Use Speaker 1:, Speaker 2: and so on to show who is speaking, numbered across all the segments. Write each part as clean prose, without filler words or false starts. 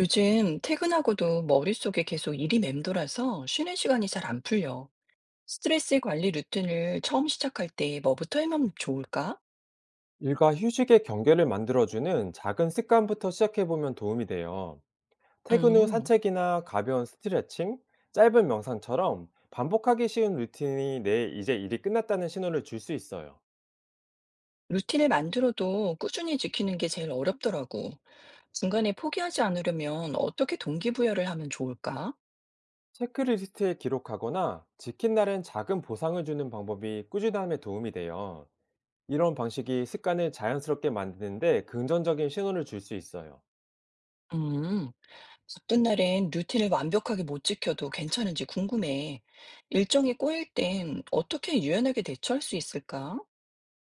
Speaker 1: 요즘 퇴근하고도 머릿속에 계속 일이 맴돌아서 쉬는 시간이 잘 안 풀려. 스트레스 관리 루틴을 처음 시작할 때 뭐부터 해면 좋을까?
Speaker 2: 일과 휴식의 경계를 만들어주는 작은 습관부터 시작해보면 도움이 돼요. 퇴근 후
Speaker 1: 음,
Speaker 2: 산책이나 가벼운 스트레칭, 짧은 명상처럼 반복하기 쉬운 루틴이 내 이제 일이 끝났다는 신호를 줄 수 있어요.
Speaker 1: 루틴을 만들어도 꾸준히 지키는 게 제일 어렵더라고. 중간에 포기하지 않으려면 어떻게 동기부여를 하면 좋을까?
Speaker 2: 체크리스트에 기록하거나 지킨 날엔 작은 보상을 주는 방법이 꾸준함에 도움이 돼요. 이런 방식이 습관을 자연스럽게 만드는데 긍정적인 신호를 줄 수 있어요.
Speaker 1: 음, 어떤 날엔 루틴을 완벽하게 못 지켜도 괜찮은지 궁금해. 일정이 꼬일 땐 어떻게 유연하게 대처할 수 있을까?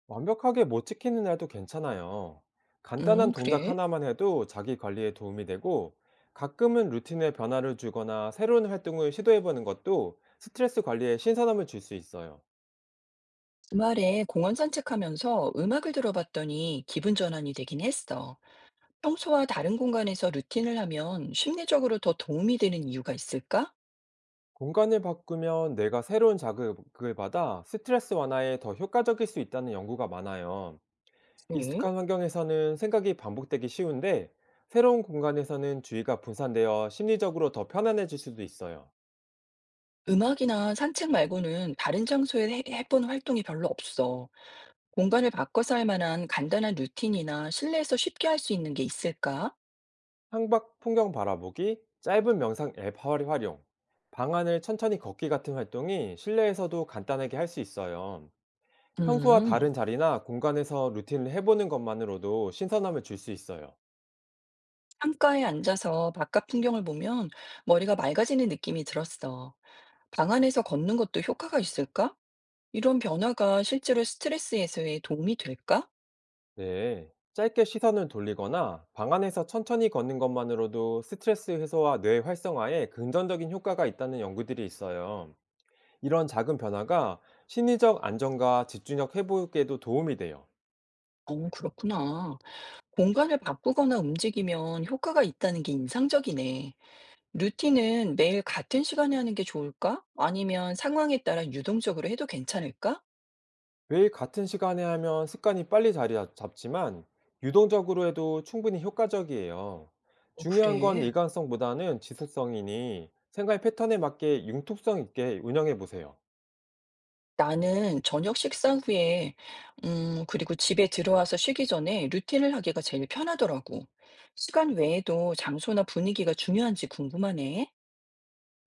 Speaker 2: 완벽하게 못 지키는 날도 괜찮아요. 간단한 동작
Speaker 1: 그래.
Speaker 2: 하나만 해도 자기 관리에 도움이 되고, 가끔은 루틴의 변화를 주거나 새로운 활동을 시도해보는 것도 스트레스 관리에 신선함을 줄 수 있어요.
Speaker 1: 주말에 공원 산책하면서 음악을 들어봤더니 기분 전환이 되긴 했어. 평소와 다른 공간에서 루틴을 하면 심리적으로 더 도움이 되는 이유가 있을까?
Speaker 2: 공간을 바꾸면 내가 새로운 자극을 받아 스트레스 완화에 더 효과적일 수 있다는 연구가 많아요.
Speaker 1: 응?
Speaker 2: 익숙한 환경에서는 생각이 반복되기 쉬운데, 새로운 공간에서는 주의가 분산되어 심리적으로 더 편안해질 수도 있어요.
Speaker 1: 음악이나 산책 말고는 다른 장소에 해본 활동이 별로 없어. 공간을 바꿔서 할 만한 간단한 루틴이나 실내에서 쉽게 할 수 있는 게 있을까?
Speaker 2: 창밖 풍경 바라보기, 짧은 명상 앱 활용, 방안을 천천히 걷기 같은 활동이 실내에서도 간단하게 할 수 있어요. 평소와
Speaker 1: 음,
Speaker 2: 다른 자리나 공간에서 루틴을 해보는 것만으로도 신선함을 줄 수 있어요.
Speaker 1: 창가에 앉아서 바깥 풍경을 보면 머리가 맑아지는 느낌이 들었어. 방 안에서 걷는 것도 효과가 있을까? 이런 변화가 실제로 스트레스 해소에 도움이 될까?
Speaker 2: 네. 짧게 시선을 돌리거나 방 안에서 천천히 걷는 것만으로도 스트레스 해소와 뇌 활성화에 긍정적인 효과가 있다는 연구들이 있어요. 이런 작은 변화가 심리적 안정과 집중력 회복에도 도움이 돼요.
Speaker 1: 어, 그렇구나. 공간을 바꾸거나 움직이면 효과가 있다는 게 인상적이네. 루틴은 매일 같은 시간에 하는 게 좋을까? 아니면 상황에 따라 유동적으로 해도 괜찮을까?
Speaker 2: 매일 같은 시간에 하면 습관이 빨리 잡지만, 유동적으로 해도 충분히 효과적이에요.
Speaker 1: 어,
Speaker 2: 중요한 건
Speaker 1: 그래.
Speaker 2: 일관성보다는 지속성이니 생활 패턴에 맞게 융통성 있게 운영해 보세요.
Speaker 1: 나는 저녁 식사 후에, 그리고 집에 들어와서 쉬기 전에 루틴을 하기가 제일 편하더라고. 시간 외에도 장소나 분위기가 중요한지 궁금하네.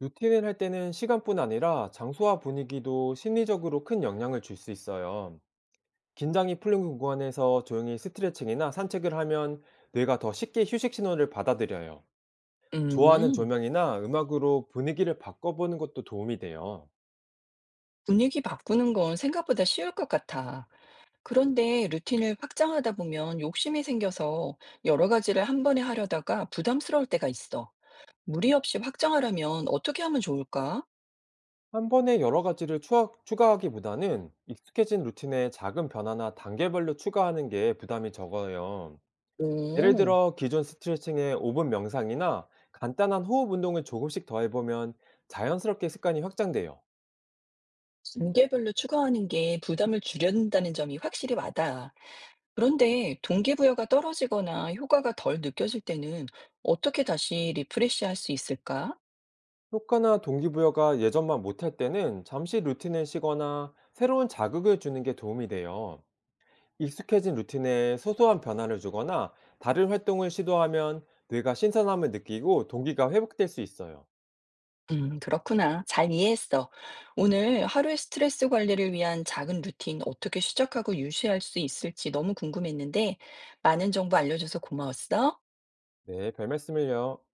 Speaker 2: 루틴을 할 때는 시간뿐 아니라 장소와 분위기도 심리적으로 큰 영향을 줄 수 있어요. 긴장이 풀린 공간에서 조용히 스트레칭이나 산책을 하면 뇌가 더 쉽게 휴식 신호를 받아들여요. 좋아하는
Speaker 1: 음.
Speaker 2: 조명이나 음악으로 분위기를 바꿔보는 것도 도움이 돼요.
Speaker 1: 분위기 바꾸는 건 생각보다 쉬울 것 같아. 그런데 루틴을 확장하다 보면 욕심이 생겨서 여러 가지를 한 번에 하려다가 부담스러울 때가 있어. 무리 없이 확장하려면 어떻게 하면 좋을까?
Speaker 2: 한 번에 여러 가지를 추가하기보다는 익숙해진 루틴에 작은 변화나 단계별로 추가하는 게 부담이 적어요. 예를
Speaker 1: 오,
Speaker 2: 들어 기존 스트레칭에 5분 명상이나 간단한 호흡 운동을 조금씩 더해보면 자연스럽게 습관이 확장돼요.
Speaker 1: 단계별로 추가하는 게 부담을 줄여준다는 점이 확실히 와닿아. 그런데 동기부여가 떨어지거나 효과가 덜 느껴질 때는 어떻게 다시 리프레시 할 수 있을까?
Speaker 2: 효과나 동기부여가 예전만 못할 때는 잠시 루틴을 쉬거나 새로운 자극을 주는 게 도움이 돼요. 익숙해진 루틴에 소소한 변화를 주거나 다른 활동을 시도하면 뇌가 신선함을 느끼고 동기가 회복될 수 있어요.
Speaker 1: 그렇구나. 잘 이해했어. 오늘 하루의 스트레스 관리를 위한 작은 루틴 어떻게 시작하고 유지할 수 있을지 너무 궁금했는데, 많은 정보 알려줘서 고마웠어.
Speaker 2: 네, 별 말씀을요.